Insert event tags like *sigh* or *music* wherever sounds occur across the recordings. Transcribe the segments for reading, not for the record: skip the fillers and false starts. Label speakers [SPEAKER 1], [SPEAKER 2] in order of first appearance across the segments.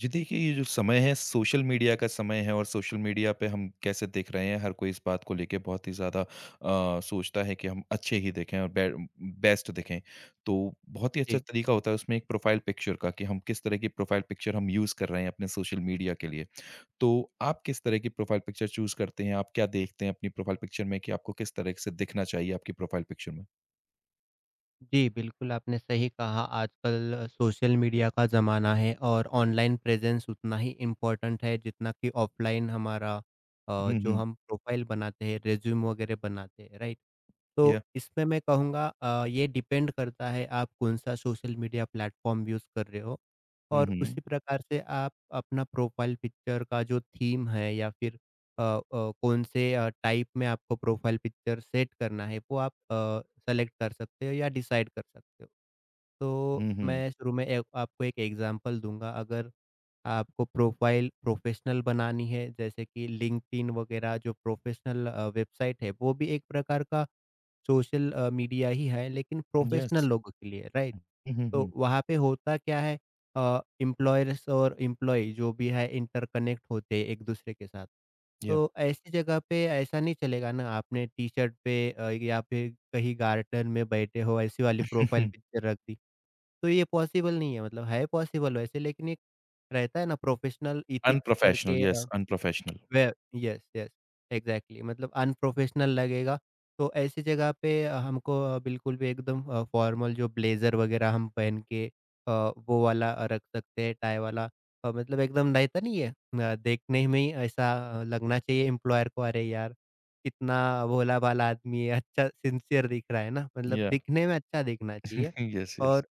[SPEAKER 1] जी देखिए, ये जो समय है सोशल मीडिया का समय है और सोशल मीडिया पे हम कैसे दिख रहे हैं, हर कोई इस बात को लेके बहुत ही ज़्यादा सोचता है कि हम अच्छे ही दिखें और बे बेस्ट दिखें। तो बहुत ही अच्छा
[SPEAKER 2] जी,
[SPEAKER 1] तरीका होता है उसमें एक प्रोफ़ाइल पिक्चर का कि हम किस तरह की प्रोफ़ाइल पिक्चर हम यूज़ कर रहे हैं अपने सोशल मीडिया के लिए। तो आप किस तरह की प्रोफ़ाइल पिक्चर चूज़ करते हैं? आप क्या देखते हैं अपनी प्रोफ़ाइल पिक्चर में कि आपको किस तरह से दिखना चाहिए आपकी प्रोफ़ाइल पिक्चर में?
[SPEAKER 2] जी, बिल्कुल आपने सही कहा आजकल सोशल मीडिया का ज़माना है और ऑनलाइन प्रेज़ेंस उतना ही इम्पोर्टेंट है जितना कि ऑफ़लाइन हमारा
[SPEAKER 1] हुँ,
[SPEAKER 2] जो
[SPEAKER 1] हुँ।
[SPEAKER 2] हम प्रोफ़ाइल बनाते हैं, रिज़्यूम वग़ैरह बनाते हैं, राइट?
[SPEAKER 1] या।
[SPEAKER 2] तो इसमें मैं कहूँगा ये डिपेंड करता है आप कौन-सा सोशल मीडिया प्लेटफ़ॉर्म यूज़ कर रहे हो
[SPEAKER 1] हुँ,
[SPEAKER 2] और
[SPEAKER 1] हुँ।
[SPEAKER 2] उसी प्रकार से आप अपना प्रोफ़ाइल पिक्चर का जो थीम है या फिर अ कौन से टाइप में आपको प्रोफ़ाइल पिक्चर सेट करना है, वो आप सेलेक्ट कर सकते हो या डिसाइड कर सकते हो। तो
[SPEAKER 1] हुँ, हुँ।
[SPEAKER 2] मैं शुरू में एक आपको एक एग्जांपल दूँगा, अगर आपको प्रोफ़ाइल प्रोफ़ेशनल बनानी है, जैसे कि लिंक्डइन वगैरह जो प्रोफ़ेशनल वेबसाइट है, वो भी एक प्रकार का सोशल मीडिया ही है, लेकिन प्रोफ़ेशनल
[SPEAKER 1] यस।
[SPEAKER 2] लोगों के लिए, राइट?
[SPEAKER 1] हुँ, हुँ,
[SPEAKER 2] तो
[SPEAKER 1] हुँ।
[SPEAKER 2] वहाँ पे होता क्या है, एम्प्लॉयर्स और एम्प्लॉयी जो भी है, इंटरकनेक्ट होते हैं एक-दूसरे के साथ।
[SPEAKER 1] या।
[SPEAKER 2] तो ऐसी जगह पे ऐसा नहीं चलेगा ना, आपने टी-शर्ट पे या फिर कहीं गार्डन में बैठे हो, ऐसी वाली प्रोफ़ाइल
[SPEAKER 1] *laughs*
[SPEAKER 2] पिक्चर रख दी। तो ये पॉसिबल नहीं है मतलब है पॉसिबल वैसे लेकिन एक रहता है ना प्रोफेशनल इथिक्स
[SPEAKER 1] Unprofessional,
[SPEAKER 2] करके
[SPEAKER 1] yes, unprofessional.
[SPEAKER 2] वे यस यस एग्जैक्टली मतलब अनप्रोफेशनल लगेगा। तो ऐसी जगह पे हमको बिल्कुल भी एकदम फॉर्मल जो ब्लेजर वगैरह हम पहन के अ, वो वाला रख सकते हैं टाई वाला। मतलब एकदम रहता नहीं है, देखने में ही ऐसा लगना चाहिए एम्प्लॉयर को, अरे यार कितना भोला भाला आदमी है, अच्छा सिंसियर दिख रहा है ना, मतलब
[SPEAKER 1] Yeah.
[SPEAKER 2] दिखने में अच्छा दिखना चाहिए।
[SPEAKER 1] *laughs* Yes, yes.
[SPEAKER 2] और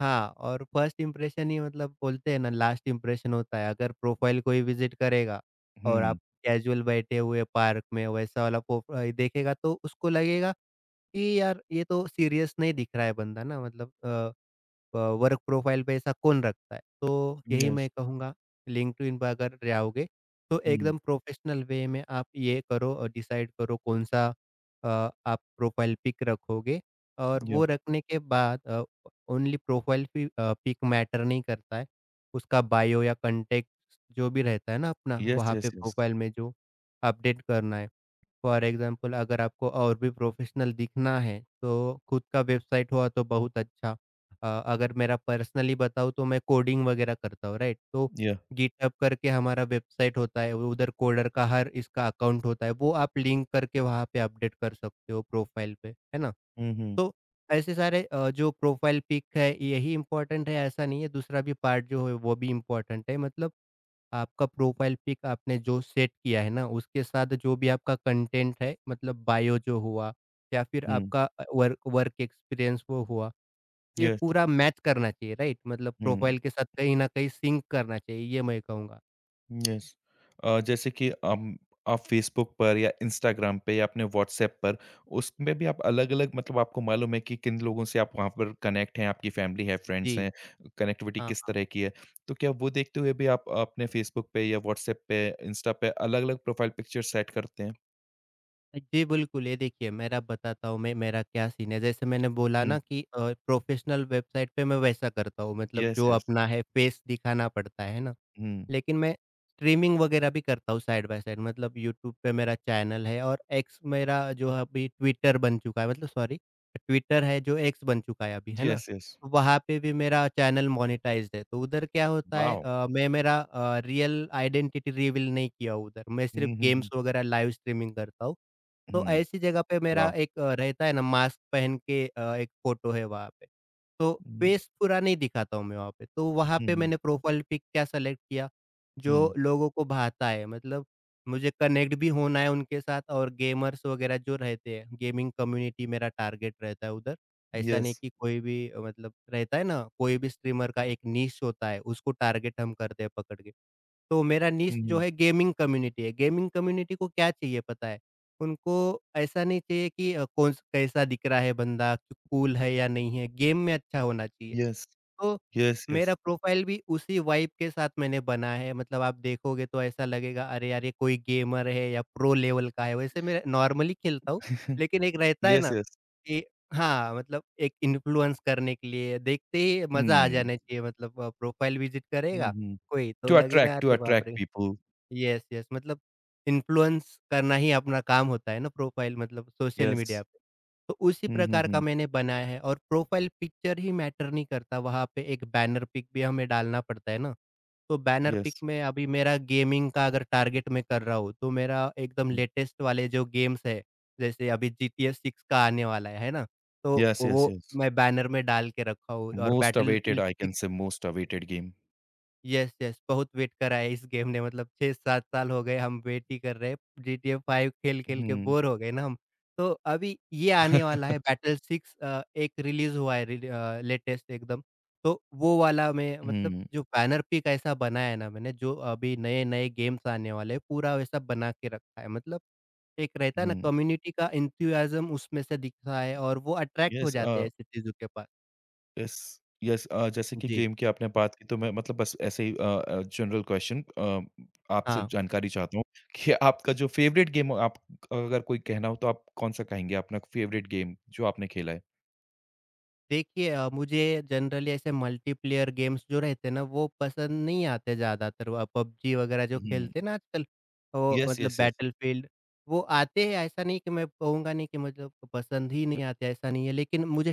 [SPEAKER 2] हाँ, और फर्स्ट इम्प्रेशन ही मतलब बोलते हैं ना लास्ट इम्प्रेशन होता है। अगर प्रोफाइल कोई विज़िट करेगा और आप
[SPEAKER 1] Mm.
[SPEAKER 2] कैजुअल बैठे हुए पार्क में वैसा वाला प्रोफाइल देखेगा, तो उसको लगेगा कि यार ये तो सीरियस नहीं दिख रहा है बंदा ना, मतलब वर्क प्रोफाइल पे ऐसा कौन रखता है? तो यही मैं
[SPEAKER 1] Yes.
[SPEAKER 2] कहूँगा लिंक्डइन पे अगर जाओगे, तो
[SPEAKER 1] Mm.
[SPEAKER 2] एकदम प्रोफ़ेशनल वे में आप ये करो, डिसाइड करो कौन-सा अ, आप प्रोफ़ाइल पिक रखोगे। और
[SPEAKER 1] Yeah.
[SPEAKER 2] वो रखने के बाद ओनली प्रोफ़ाइल पिक मैटर नहीं करता है। उसका बायो या कॉन्टैक्ट जो भी रहता है ना अपना,
[SPEAKER 1] Yes,
[SPEAKER 2] वहाँ
[SPEAKER 1] yes,
[SPEAKER 2] पे
[SPEAKER 1] yes.
[SPEAKER 2] प्रोफ़ाइल में जो अपडेट करना है। फॉर एग्ज़ाम्पल अगर आपको और भी प्रोफ़ेशनल दिखना है, तो खुद का वेबसाइट हुआ तो बहुत अच्छा। अ, अगर मेरा पर्सनली बताऊँ तो मैं कोडिंग वगैरह करता हूँ, राइट? तो
[SPEAKER 1] Yeah.
[SPEAKER 2] गिटहब करके हमारा वेबसाइट होता है, वो उधर कोडर का हर इसका अकाउंट होता है, वो आप लिंक करके वहाँ पे अपडेट कर सकते हो प्रोफाइल पे, है ना?
[SPEAKER 1] हुँ,
[SPEAKER 2] तो ऐसे सारे जो प्रोफाइल पिक है यही इम्पोर्टेंट है ऐसा नहीं है, दूसरा भी पार्ट जो है वो भी इम्पोर्टेंट है, मतलब आपका प्रोफाइल पिक आपने जो सेट किया है ना, उसके साथ जो भी आपका कंटेंट है मतलब बायो जो हुआ या फिर
[SPEAKER 1] हुँ,
[SPEAKER 2] आपका वर्क वर्क एक्सपीरियंस वो हुआ, ये
[SPEAKER 1] यस,
[SPEAKER 2] पूरा मैच करना चाहिए, राइट? मतलब
[SPEAKER 1] हुँ,
[SPEAKER 2] प्रोफ़ाइल के साथ कहीं न कहीं सिंक करना चाहिए, ये मैं कहूँगा।
[SPEAKER 1] यस। जैसे कि आप फ़ेसबुक पर या इंस्टाग्राम पे या अपने व्हाट्सऐप पर, उसमें भी आप अलग-अलग मतलब आपको मालूम है कि किन लोगों से आप वहाँ पर कनेक्ट हैं, आपकी फैमिली है,
[SPEAKER 2] जी,
[SPEAKER 1] फ्रेंड्स हैं, कनेक्टिविटी
[SPEAKER 2] हाँ।
[SPEAKER 1] किस तरह की है। तो क्या वो देखते हुए भी आप अपने फ़ेसबुक पे या व्हाट्सऐप पे, इंस्टा पे अलग-अलग प्रोफ़ाइल पिक्चर सेट करते हैं?
[SPEAKER 2] जी, बिल्कुल। ये देखिए, मेरा बताता हूँ मैं मेरा क्या सीन है। जैसे मैंने बोला
[SPEAKER 1] हुँ,
[SPEAKER 2] ना कि प्रोफ़ेशनल वेबसाइट पे मैं वैसा करता हूँ, मतलब
[SPEAKER 1] यस,
[SPEAKER 2] जो
[SPEAKER 1] यस।
[SPEAKER 2] अपना है फ़ेस दिखाना पड़ता है ना?
[SPEAKER 1] हुँ।
[SPEAKER 2] लेकिन मैं स्ट्रीमिंग वग़ैरह भी करता हूँ साइड बाय साइड, मतलब यूट्यूब पे मेरा चैनल है और एक्स मेरा जो है अभी ट्विटर बन चुका है, मतलब सॉरी, ट्विटर है जो एक्स बन चुका है अभी, है ना?
[SPEAKER 1] Yes, yes.
[SPEAKER 2] तो वहाँ पे भी मेरा चैनल मोनेटाइज़्ड है, तो उधर क्या होता है
[SPEAKER 1] Wow.
[SPEAKER 2] मैं मेरा रियल आइडेंटिटी रिवील नहीं किया उधर, मैं सिर्फ़ गेम्स
[SPEAKER 1] Mhm,
[SPEAKER 2] वग़ैरह लाइव स्ट्रीमिंग करता हूँ। तो
[SPEAKER 1] mhm.
[SPEAKER 2] ऐसी जगह पे मेरा
[SPEAKER 1] Wow.
[SPEAKER 2] एक रहता है ना मास्क पहन के, एक फ़ोटो है वहाँ पे, तो
[SPEAKER 1] Mm,
[SPEAKER 2] फेस पूरा नहीं दिखाता हूँ मैं वहाँ पे। तो वहाँ पे
[SPEAKER 1] mhm,
[SPEAKER 2] मैंने प्रोफ़ाइल पिक क्या सेलेक्ट किया,
[SPEAKER 1] mm.
[SPEAKER 2] जो लोगों को भाता है, मतलब मुझे कनेक्ट भी होना है उनके साथ और गेमर्स वगैरह जो रहते हैं, गेमिंग कम्युनिटी मेरा टारगेट रहता है उधर। ऐसा नहीं
[SPEAKER 1] Yes.
[SPEAKER 2] कि कोई भी मतलब रहता है ना, कोई भी स्ट्रीमर का एक नीश होता है, उसको टारगेट हम करते हैं पकड़ के। तो मेरा निश जो
[SPEAKER 1] Mhm.
[SPEAKER 2] है। गेमिंग कम्युनिटी को क्या चाहिए पता है? उनको ऐसा नहीं चाहिए कि कौन स कैसा दिख रहा है बंदा, कूल है या नहीं है, गेम में अच्छा होना चाहिए।
[SPEAKER 1] Yes.
[SPEAKER 2] तो
[SPEAKER 1] Yes,
[SPEAKER 2] मेरा
[SPEAKER 1] yes.
[SPEAKER 2] प्रोफ़ाइल भी उसी वाइब के साथ मैंने बना है। मतलब आप देखोगे तो ऐसा लगेगा अरे यार ये कोई गेमर है या प्रो लेवल का है। वैसे मैं नॉर्मली खेलता हूँ,
[SPEAKER 1] *laughs*
[SPEAKER 2] लेकिन एक रहता है
[SPEAKER 1] Yes,
[SPEAKER 2] ना
[SPEAKER 1] yes.
[SPEAKER 2] कि हाँ, मतलब एक इन्फ्लुएंस करने के लिए देखते ही मज़ा आ
[SPEAKER 1] Mm.
[SPEAKER 2] जाना चाहिए, मतलब प्रोफ़ाइल विज़िट करेगा
[SPEAKER 1] Mhm.
[SPEAKER 2] कोई तो लगेगा
[SPEAKER 1] To
[SPEAKER 2] अरे बाप
[SPEAKER 1] attract
[SPEAKER 2] रे!
[SPEAKER 1] people.
[SPEAKER 2] यस, यस, मतलब इन्फ्लुएंस करना ही अपना काम होता है ना प्रोफाइल मतलब सोशल मीडिया
[SPEAKER 1] Yes.
[SPEAKER 2] पे। तो उसी
[SPEAKER 1] Mhm,
[SPEAKER 2] प्रकार का
[SPEAKER 1] mhm.
[SPEAKER 2] मैंने बनाया है और प्रोफाइल पिक्चर ही मैटर नहीं करता, वहाँ पे एक बैनर पिक भी हमें डालना पड़ता है ना। तो बैनर पिक
[SPEAKER 1] Yes.
[SPEAKER 2] में अभी मेरा गेमिंग का अगर टारगेट मैं कर रहा हूँ तो मेरा एकदम
[SPEAKER 1] Mm.
[SPEAKER 2] लेटेस्ट वाले जो गेम्स है जैसे अभी जीटीए 6 का आने वाला है ना? तो
[SPEAKER 1] Yes, yes,
[SPEAKER 2] वो
[SPEAKER 1] yes.
[SPEAKER 2] मैं बैनर में डाल के रखा हूँ और
[SPEAKER 1] Most awaited,
[SPEAKER 2] battlefield
[SPEAKER 1] I can
[SPEAKER 2] 6।
[SPEAKER 1] say most awaited game.
[SPEAKER 2] Yes, yes, बहुत वेट करा है इस गेम ने, मतलब 6-7 साल हो गए हम वेट ही कर रहे हैं। जीटीए 5 खेल-खेल के
[SPEAKER 1] Mhm.
[SPEAKER 2] बोर हो गए ना हम। तो अभी ये आने वाला है बैटल 6। एक रिलीज़ हुआ है लेटेस्ट एकदम। तो वो वाला मैं मतलब
[SPEAKER 1] Mhm,
[SPEAKER 2] जो बैनर पिक ऐसा बनाया ना मैंने जो अभी नए-नए गेम्स आने वाले हैं, पूरा वैसा बना के रखा है। मतलब एक रहता है ना
[SPEAKER 1] mhm. *laughs*
[SPEAKER 2] कम्युनिटी का एंथुसियाज़्म उसमें से दिखता है और वो अट्रैक्ट हो
[SPEAKER 1] Yes,
[SPEAKER 2] जाते हैं ऐसी चीज़ों के पास।
[SPEAKER 1] यस। यस। जैसे कि
[SPEAKER 2] जी,
[SPEAKER 1] गेम की आपने बात की तो मैं मतलब बस ऐसे ही जनरल क्वेश्चन आपसे
[SPEAKER 2] हाँ।
[SPEAKER 1] जानकारी चाहता हूँ *laughs* कि आपका जो फेवरेट गेम हो आप अगर कोई कहना हो तो आप कौन सा कहेंगे अपना फेवरेट गेम जो आपने खेला है?
[SPEAKER 2] देखिए मुझे जनरली ऐसे मल्टीप्लेयर गेम्स जो रहते हैं ना वो पसंद नहीं आते ज़्यादातर, वो पबजी वगैरह जो
[SPEAKER 1] हुँ,
[SPEAKER 2] खेलते हैं ना आजकल वो,
[SPEAKER 1] यस,
[SPEAKER 2] मतलब
[SPEAKER 1] यस, यस।
[SPEAKER 2] बैटलफील्ड वो आते हैं, ऐसा नहीं कि मैं कहूँगा नहीं कि मतलब पसंद ही नहीं आते, ऐसा नहीं है, लेकिन मुझे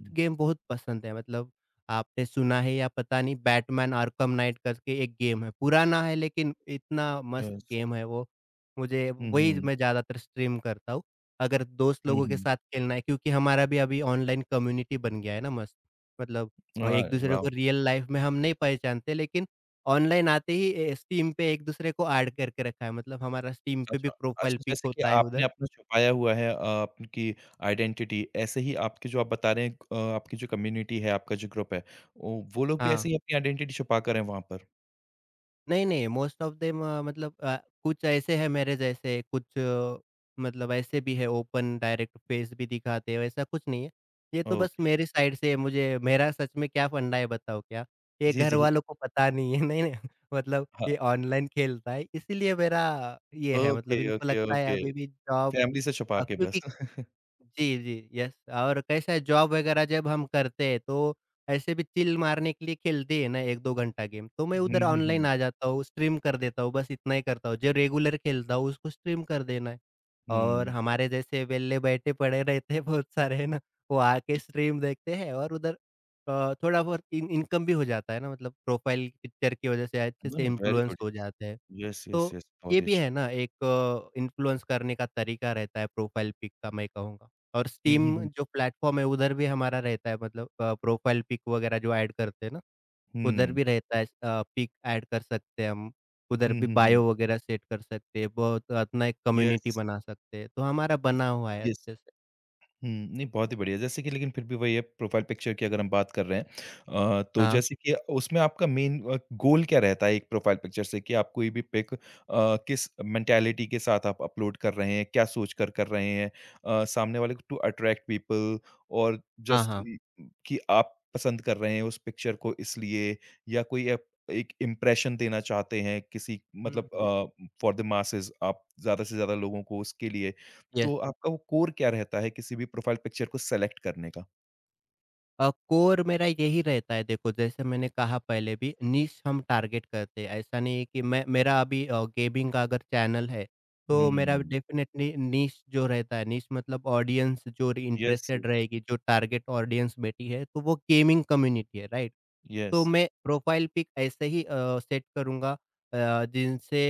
[SPEAKER 1] हुँ,
[SPEAKER 2] गेम बहुत पसंद है, मतलब आपने सुना है या पता नहीं, बैटमैन आर्कम नाइट करके एक गेम है, पुराना है लेकिन इतना मस्त
[SPEAKER 1] यस।
[SPEAKER 2] गेम है वो। मुझे
[SPEAKER 1] हुँ,
[SPEAKER 2] वही
[SPEAKER 1] हुँ,
[SPEAKER 2] मैं ज़्यादातर स्ट्रीम करता हूँ अगर दोस्त
[SPEAKER 1] हुँ,
[SPEAKER 2] लोगों के
[SPEAKER 1] हुँ।
[SPEAKER 2] साथ खेलना है, क्योंकि हमारा भी अभी ऑनलाइन कम्युनिटी बन गया है ना मस्त। मतलब एक-दूसरे
[SPEAKER 1] वाओ!
[SPEAKER 2] को रियल लाइफ़ में हम नहीं पहचानते लेकिन ऑनलाइन आते ही ए स्टीम पे एक-दूसरे को ऐड करके रखा है, मतलब हमारा स्टीम पे
[SPEAKER 1] अच्छा,
[SPEAKER 2] भी प्रोफ़ाइल
[SPEAKER 1] अच्छा
[SPEAKER 2] पिक
[SPEAKER 1] जैसे कि
[SPEAKER 2] होता है
[SPEAKER 1] आपने
[SPEAKER 2] उधर।
[SPEAKER 1] अपना छुपाया हुआ है आपकी आइडेंटिटी ऐसे ही आपके जो आप बता रहे हैं आपकी जो कम्युनिटी है, आपका जो ग्रुप है, ओ वो लोग भी
[SPEAKER 2] हाँ।
[SPEAKER 1] ऐसे ही अपनी आइडेंटिटी छुपा कर हैं वहाँ पर?
[SPEAKER 2] नहीं-नहीं, मोस्ट ऑफ देम मतलब कुछ ऐसे हैं मेरे जैसे, कुछ मतलब ऐसे भी है ओपन डायरेक्ट फेस भी दिखाते हैं, वैसा कुछ नहीं है। ये तो बस
[SPEAKER 1] ओके।
[SPEAKER 2] मेरी साइड से, मुझे मेरा सच में क्या फंडा है बताओ क्या? ये
[SPEAKER 1] जी, जी।
[SPEAKER 2] घरवालों को पता नहीं है, नहीं, नहीं *laughs* मतलब
[SPEAKER 1] हाँ,
[SPEAKER 2] ये ऑनलाइन खेलता है, इसीलिए मेरा ये है,
[SPEAKER 1] ओके,
[SPEAKER 2] मतलब इनको
[SPEAKER 1] ओके,
[SPEAKER 2] लगता है
[SPEAKER 1] ओके।
[SPEAKER 2] अभी भी जॉब।
[SPEAKER 1] फैमिली से छुपा के बस।
[SPEAKER 2] क्योंकि जी, जी, यस, और कैसा है जॉब वगैरह जब हम करते हैं तो ऐसे भी चिल मारने के लिए खेलते हैं ना 1-2 घंटा गेम, तो मैं
[SPEAKER 1] हुँ,
[SPEAKER 2] उधर
[SPEAKER 1] हुँ,
[SPEAKER 2] ऑनलाइन
[SPEAKER 1] हुँ।
[SPEAKER 2] आ जाता हूँ, स्ट्रीम कर देता हूँ, बस इतना ही करता हूँ। जो रेगुलर खेलता हूँ उसको स्ट्रीम कर देना है। और
[SPEAKER 1] हुँ।
[SPEAKER 2] हमारे जैसे वेल्ले बैठे पड़े रहते हैं बहुत सारे है ना, वो आके स्ट्रीम देखते हैं और उधर थोड़ा बहुत इन इनकम भी हो जाता है ना, मतलब प्रोफाइल पिक्चर की वजह से अच्छे
[SPEAKER 1] नो,
[SPEAKER 2] से
[SPEAKER 1] नो, वेरी
[SPEAKER 2] इन्फ्लुएंस
[SPEAKER 1] गुड।
[SPEAKER 2] हो जाते हैं।
[SPEAKER 1] येस, येस,
[SPEAKER 2] तो
[SPEAKER 1] येस, बहुत
[SPEAKER 2] ये
[SPEAKER 1] ही
[SPEAKER 2] भी
[SPEAKER 1] अच्छा।
[SPEAKER 2] है ना एक इन्फ्लुएंस करने का तरीका रहता है प्रोफाइल पिक का मैं कहूँगा। और
[SPEAKER 1] हुँ,
[SPEAKER 2] स्टीम
[SPEAKER 1] हुँ, हुँ।
[SPEAKER 2] जो प्लेटफ़ॉर्म है उधर भी हमारा रहता है, मतलब प्रोफ़ाइल पिक वग़ैरह जो ऐड करते हैं ना, उधर
[SPEAKER 1] हुँ।
[SPEAKER 2] भी रहता है पिक ऐड कर सकते हैं हम, उधर
[SPEAKER 1] हुँ,
[SPEAKER 2] भी
[SPEAKER 1] हुँ, हुँ।
[SPEAKER 2] बायो वग़ैरह सेट कर सकते हैं, बहुत अपना एक कम्युनिटी
[SPEAKER 1] येस,
[SPEAKER 2] बना सकते हैं, तो हमारा बना हुआ है
[SPEAKER 1] येस।
[SPEAKER 2] अच्छे से।
[SPEAKER 1] हुँ, नहीं बहुत ही बढ़िया। जैसे कि लेकिन फिर भी वही है प्रोफ़ाइल पिक्चर की अगर हम बात कर रहे हैं तो
[SPEAKER 2] हाँ,
[SPEAKER 1] जैसे कि उसमें आपका मेन गोल क्या रहता है एक प्रोफ़ाइल पिक्चर से कि आप कोई भी किस मेंटालिटी के साथ आप अपलोड कर रहे हैं? क्या सोचकर कर कर रहे हैं? सामने वाले को टू अट्रैक्ट पीपल और
[SPEAKER 2] हाँ,
[SPEAKER 1] जस्ट
[SPEAKER 2] हाँ।
[SPEAKER 1] इ कि आप पसंद कर रहे हैं उस पिक्चर को इसलिए या कोई अप एक इम्प्रेशन देना चाहते हैं किसी
[SPEAKER 2] हुँ,
[SPEAKER 1] मतलब
[SPEAKER 2] हुँ।
[SPEAKER 1] फॉर द मासेस आप ज़्यादा से ज़्यादा लोगों को उसके लिए तो
[SPEAKER 2] यस।
[SPEAKER 1] आपका वो कोर क्या रहता है किसी भी प्रोफ़ाइल पिक्चर को सेलेक्ट करने का?
[SPEAKER 2] कोर मेरा यही रहता है, देखो जैसे मैंने कहा पहले भी निश हम टारगेट करते हैं, ऐसा नहीं है कि मैं मेरा अभी गेमिंग का अगर चैनल है तो मेरा
[SPEAKER 1] हुँ।
[SPEAKER 2] डेफिनेटली निश जो रहता है, निश मतलब ऑडियंस जो
[SPEAKER 1] यस,
[SPEAKER 2] इंटरेस्टेड
[SPEAKER 1] यस,
[SPEAKER 2] रहेगी, जो टारगेट ऑडियंस बैठी है, तो वो गेमिंग कम्युनिटी है, राइट? तो
[SPEAKER 1] यस।
[SPEAKER 2] मैं प्रोफाइल पिक ऐसे ही सेट करूंगा जिनसे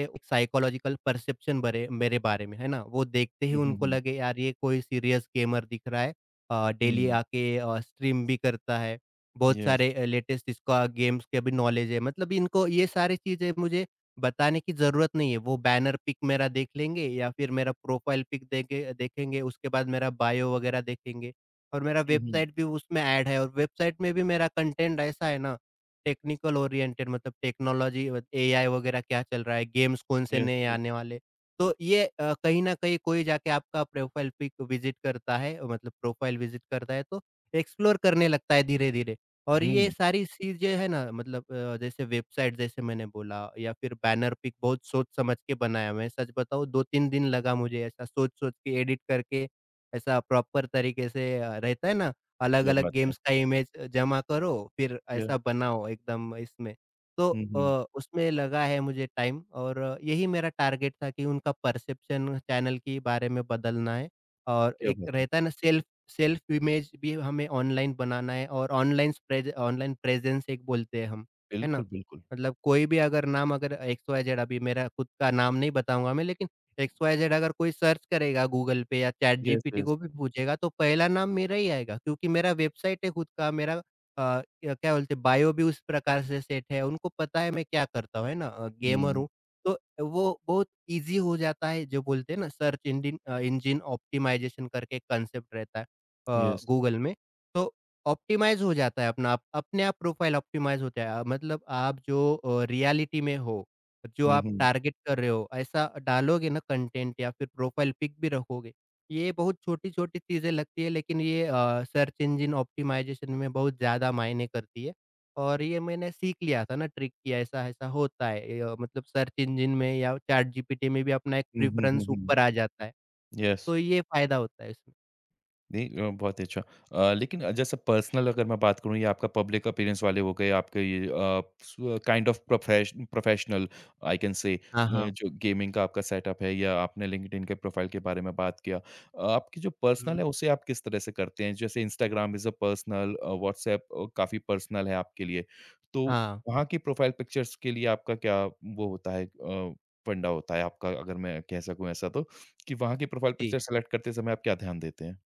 [SPEAKER 2] ए, साइकोलॉजिकल परसेप्शन बरे मेरे बारे में, है ना? वो देखते ही
[SPEAKER 1] हुँ, हुँ,
[SPEAKER 2] उनको
[SPEAKER 1] हुँ।
[SPEAKER 2] लगे, यार, ये कोई सीरियस गेमर दिख रहा है, डेली
[SPEAKER 1] हुँ,
[SPEAKER 2] आके स्ट्रीम भी करता है, बहुत
[SPEAKER 1] यस।
[SPEAKER 2] सारे लेटेस्ट इसका गेम्स के भी नॉलेज है। मतलब इनको ये सारी चीज़ें मुझे बताने की ज़रूरत नहीं है, वो बैनर पिक मेरा देख लेंगे या फिर मेरा प्रोफाइल पिक देखेंगे, उसके बाद मेरा बायो वगैरह देखेंगे। और मेरा
[SPEAKER 1] हुँ, हुँ।
[SPEAKER 2] वेबसाइट भी उसमें ऐड है, और वेबसाइट में भी मेरा कंटेंट ऐसा है ना, टेक्निकल ओरिएंटेड। मतलब टेक्नोलॉजी व एआई वगैरह क्या चल रहा है, गेम्स कौन से
[SPEAKER 1] यस,
[SPEAKER 2] नए
[SPEAKER 1] यस।
[SPEAKER 2] आने वाले। तो ये कहीं न कहीं कोई जाके आपका प्रोफ़ाइल पिक विज़िट करता है, मतलब प्रोफ़ाइल विज़िट करता है तो एक्सप्लोर करने लगता है धीरे-धीरे। और ये
[SPEAKER 1] हुँ,
[SPEAKER 2] सारी चीज़ें है ना, मतलब जैसे वेबसाइट, जैसे मैंने बोला, या फिर बैनर पिक बहुत सोच-समझ के बनाया, मैं सच बताऊँ 2-3 दिन लगा मुझे ऐसा सोच-सोच के एडिट करके। ऐसा प्रॉपर तरीके से रहता है ना,
[SPEAKER 1] क्या
[SPEAKER 2] अलग-अलग
[SPEAKER 1] बात है।
[SPEAKER 2] गेम्स का इमेज जमा करो, फिर
[SPEAKER 1] क्या।
[SPEAKER 2] ऐसा बनाओ एकदम इसमें। तो
[SPEAKER 1] हुँ, हुँ।
[SPEAKER 2] अ, उसमें लगा है मुझे टाइम, और यही मेरा टारगेट था कि उनका परसेप्शन चैनल के बारे में बदलना है। और
[SPEAKER 1] क्या
[SPEAKER 2] एक
[SPEAKER 1] बात है।
[SPEAKER 2] रहता है ना, सेल्फ सेल्फ इमेज भी हमें ऑनलाइन बनाना है, और ऑनलाइन प्रेजेंस एक बोलते हैं हम, है ना?
[SPEAKER 1] बिल्कुल, बिल्कुल।
[SPEAKER 2] मतलब कोई भी अगर नाम, अगर एक्स वाई जेड, अभी मेरा खुद का नाम नहीं बताऊँगा मैं, लेकिन एक्स-वाई-जेड अगर कोई सर्च करेगा गूगल पे या
[SPEAKER 1] यस,
[SPEAKER 2] चैटजीपीटी
[SPEAKER 1] यस।
[SPEAKER 2] को भी पूछेगा, तो पहला नाम मेरा ही आएगा, क्योंकि मेरा वेबसाइट है खुद का मेरा। या क्या बोलते हैं, बायो भी उस प्रकार से सेट है, उनको पता है मैं क्या करता हूँ, है ना? गेमर
[SPEAKER 1] हुँ,
[SPEAKER 2] हूँ, तो वो बहुत ईज़ी हो जाता है। जो बोलते हैं ना सर्च इंजन ऑप्टिमाइज़ेशन करके एक कॉन्सेप्ट रहता है
[SPEAKER 1] यस।
[SPEAKER 2] गूगल में, तो ऑप्टिमाइज़ हो जाता है, अपना आप अपने आप प्रोफाइल ऑप्टिमाइज़ होता है, मतलब आप जो रियलिटी में हो, जो
[SPEAKER 1] हुँ,
[SPEAKER 2] आप
[SPEAKER 1] हुँ।
[SPEAKER 2] टारगेट कर रहे हो, ऐसा डालोगे ना कंटेंट, या फिर प्रोफ़ाइल पिक भी रखोगे। ये बहुत छोटी-छोटी चीज़ें लगती है, लेकिन ये सर्च इंजन ऑप्टिमाइज़ेशन में बहुत ज़्यादा मायने करती है। और ये मैंने सीख लिया था ना ट्रिक, कि ऐसा-ऐसा होता है ये, मतलब सर्च इंजन में या चैटजीपीटी में भी अपना एक
[SPEAKER 1] हुँ, हुँ, हुँ,
[SPEAKER 2] प्रेफ़रेंस
[SPEAKER 1] हुँ।
[SPEAKER 2] ऊपर आ जाता है,
[SPEAKER 1] यस।
[SPEAKER 2] तो ये फ़ायदा होता है इसमें।
[SPEAKER 1] नहीं बहुत ही अच्छा। लेकिन जैसे पर्सनल अगर मैं बात करूँ या आपका पब्लिक अपीयरेंस वाले हो गए, आपके ये अ, स kind of professional I can say
[SPEAKER 2] हाँ, हाँ।
[SPEAKER 1] जो गेमिंग का आपका सेटअप है या आपने लिंक्डइन के प्रोफाइल के बारे में बात किया। आपकी जो पर्सनल है
[SPEAKER 2] हुँ,
[SPEAKER 1] उसे आप किस तरह से करते हैं? जैसे Instagram is a personal WhatsApp काफ़ी पर्सनल है आपके लिए। तो
[SPEAKER 2] हाँ,
[SPEAKER 1] वहाँ की प्रोफाइल पिक्चर्स के लिए आपका क्या वो होता है फंडा होता है आपका अगर मैं कह सकूँ ऐसा तो, कि वहाँ की प्रोफाइल
[SPEAKER 2] जी।
[SPEAKER 1] पिक्चर सेलेक्ट करते समय आप क्या ध्यान देते हैं?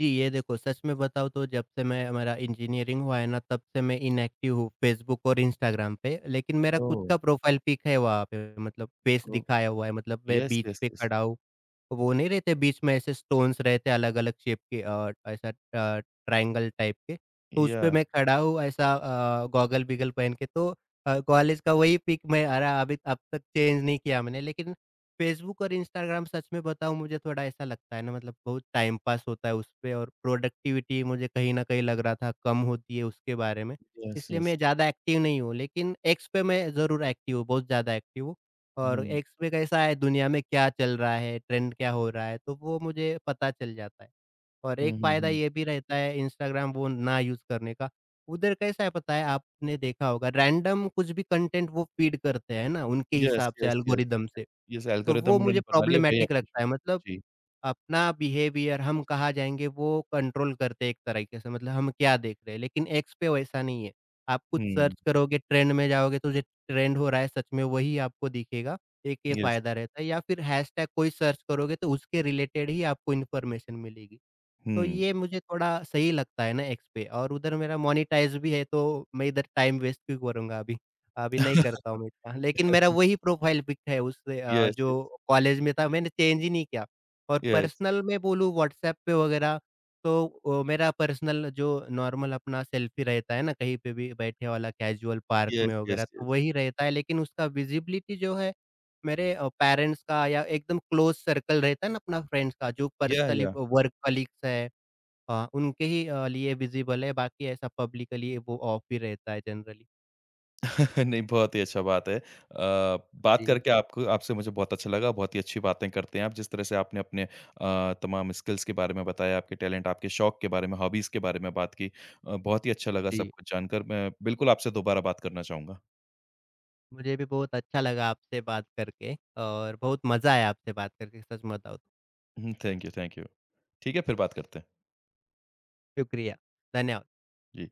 [SPEAKER 2] जी, ये देखो, सच में बताऊँ तो जब से मैं मेरा इंजीनियरिंग हुआ है ना, तब से मैं इनएक्टिव हूँ फ़ेसबुक और इंस्टाग्राम पे। लेकिन मेरा खुद
[SPEAKER 1] Oh,
[SPEAKER 2] का प्रोफ़ाइल पिक है वहाँ पे, मतलब फ़ेस
[SPEAKER 1] oh,
[SPEAKER 2] दिखाया हुआ है, मतलब मैं
[SPEAKER 1] yes,
[SPEAKER 2] बीच
[SPEAKER 1] yes,
[SPEAKER 2] पे
[SPEAKER 1] yes.
[SPEAKER 2] खड़ा हूँ। वो नहीं, रहते बीच में ऐसे स्टोन्स, रहते अलग-अलग शेप के, और ऐसा ट्रायंगल टाइप के, तो उसपे
[SPEAKER 1] Yeah,
[SPEAKER 2] मैं खड़ा हूँ, ऐसा गॉगल-बीगल पहन के। तो कॉलेज का वही पिक मैं, अरे, अभी अब तक चेंज नहीं किया मैंने, लेकिन फेसबुक और इंस्टाग्राम सच में बताऊँ, मुझे थोड़ा ऐसा लगता है ना, मतलब बहुत टाइम पास होता है उस पे, और प्रोडक्टिविटी मुझे कहीं न कहीं लग रहा था कम होती है उसके बारे में।
[SPEAKER 1] yes,
[SPEAKER 2] इसलिए
[SPEAKER 1] yes।
[SPEAKER 2] मैं ज़्यादा एक्टिव नहीं हूँ, लेकिन एक्स पे मैं ज़रूर एक्टिव हूँ, बहुत ज़्यादा एक्टिव हूँ। और
[SPEAKER 1] हुँ,
[SPEAKER 2] एक्स पे कैसा है दुनिया में क्या चल रहा है, ट्रेंड क्या हो रहा है, तो वो मुझे पता चल जाता है। और
[SPEAKER 1] हुँ,
[SPEAKER 2] एक
[SPEAKER 1] हुँ,
[SPEAKER 2] फ़ायदा
[SPEAKER 1] हुँ।
[SPEAKER 2] ये भी रहता है इंस्टाग्राम वो ना यूज़ करने का, उधर कैसा है पता है, आपने देखा होगा, रैंडम कुछ भी कंटेंट वो फ़ीड करते हैं ना, उनके
[SPEAKER 1] यस,
[SPEAKER 2] हिसाब से,
[SPEAKER 1] यस, यस।
[SPEAKER 2] एल्गोरिदम से।
[SPEAKER 1] यस,
[SPEAKER 2] तो वो
[SPEAKER 1] एल्गोरिदम उन्होंने
[SPEAKER 2] मुझे
[SPEAKER 1] बना लिया, वही
[SPEAKER 2] प्रॉब्लमैटिक
[SPEAKER 1] आपको शो
[SPEAKER 2] लगता है, मतलब
[SPEAKER 1] जी,
[SPEAKER 2] अपना बिहेवियर हम कहाँ जाएँगे वो कंट्रोल करते हैं एक तरीके से, मतलब हम क्या देख रहे हैं। लेकिन एक्स पे वैसा नहीं है, आप कुछ
[SPEAKER 1] हुँ,
[SPEAKER 2] सर्च करोगे, ट्रेंड में जाओगे, तो जो ट्रेंड हो रहा है सच में वही आपको दिखेगा, एक ये
[SPEAKER 1] यस,
[SPEAKER 2] फ़ायदा रहता है। या फिर हैशटैग कोई सर्च करोगे, तो उसके रिलेटेड ही आपको इन्फॉर्मेशन मिलेगी। तो
[SPEAKER 1] हुँ।
[SPEAKER 2] ये मुझे थोड़ा सही लगता है ना एक्स पे, और उधर मेरा मोनेटाइज़ भी है, तो मैं इधर टाइम वेस्ट क्यों करूँगा अभी? अभी नहीं
[SPEAKER 1] *laughs*
[SPEAKER 2] करता हूँ मैं इतना। लेकिन मेरा वही प्रोफ़ाइल पिक है उससे,
[SPEAKER 1] यस, यस,
[SPEAKER 2] जो कॉलेज में था, मैंने चेंज ही नहीं किया। और
[SPEAKER 1] यस,
[SPEAKER 2] पर्सनल में बोलूँ व्हाट्सऐप पे वगैरह, तो मेरा पर्सनल जो नॉर्मल अपना सेल्फ़ी रहता है ना, कहीं पे भी बैठे वाला कैज़ुअल, पार्क
[SPEAKER 1] यस,
[SPEAKER 2] में वगैरह,
[SPEAKER 1] यस,
[SPEAKER 2] तो
[SPEAKER 1] यस।
[SPEAKER 2] वही रहता है। लेकिन उसका विज़िबिलिटी जो है मेरे पेरेंट्स का, या एकदम क्लोज़ सर्कल रहता है ना अपना फ्रेंड्स का, जो
[SPEAKER 1] या,
[SPEAKER 2] पर्सनली
[SPEAKER 1] या।
[SPEAKER 2] वर्क कलीग्स है, उनके ही लिए विज़िबल है। बाकी ऐसा पब्लिकली वो ऑफ ही रहता है जनरली।
[SPEAKER 1] *laughs* नहीं, बहुत ही अच्छा बात है। बात
[SPEAKER 2] जी,
[SPEAKER 1] करके आपको आपसे मुझे बहुत अच्छा लगा, बहुत ही अच्छी बातें करते हैं आप। जिस तरह से आपने अपने तमाम स्किल्स के बारे में बताया, आपके टैलेंट, आपके शौक के बारे में, हॉबीज़ के बारे में बात की। बहुत ही अच्छा लगा सब
[SPEAKER 2] जी।
[SPEAKER 1] कुछ जानकर। मैं बिल्कुल आपसे दोबारा बात करना चाहूँगा।
[SPEAKER 2] मुझे भी बहुत अच्छा लगा आपसे बात करके, और बहुत मज़ा आया आपसे बात करके सच बताऊँ तो।
[SPEAKER 1] Hmm, thank you, thank you. ठीक है, फिर बात करते हैं।
[SPEAKER 2] शुक्रिया, धन्यवाद।
[SPEAKER 1] जी।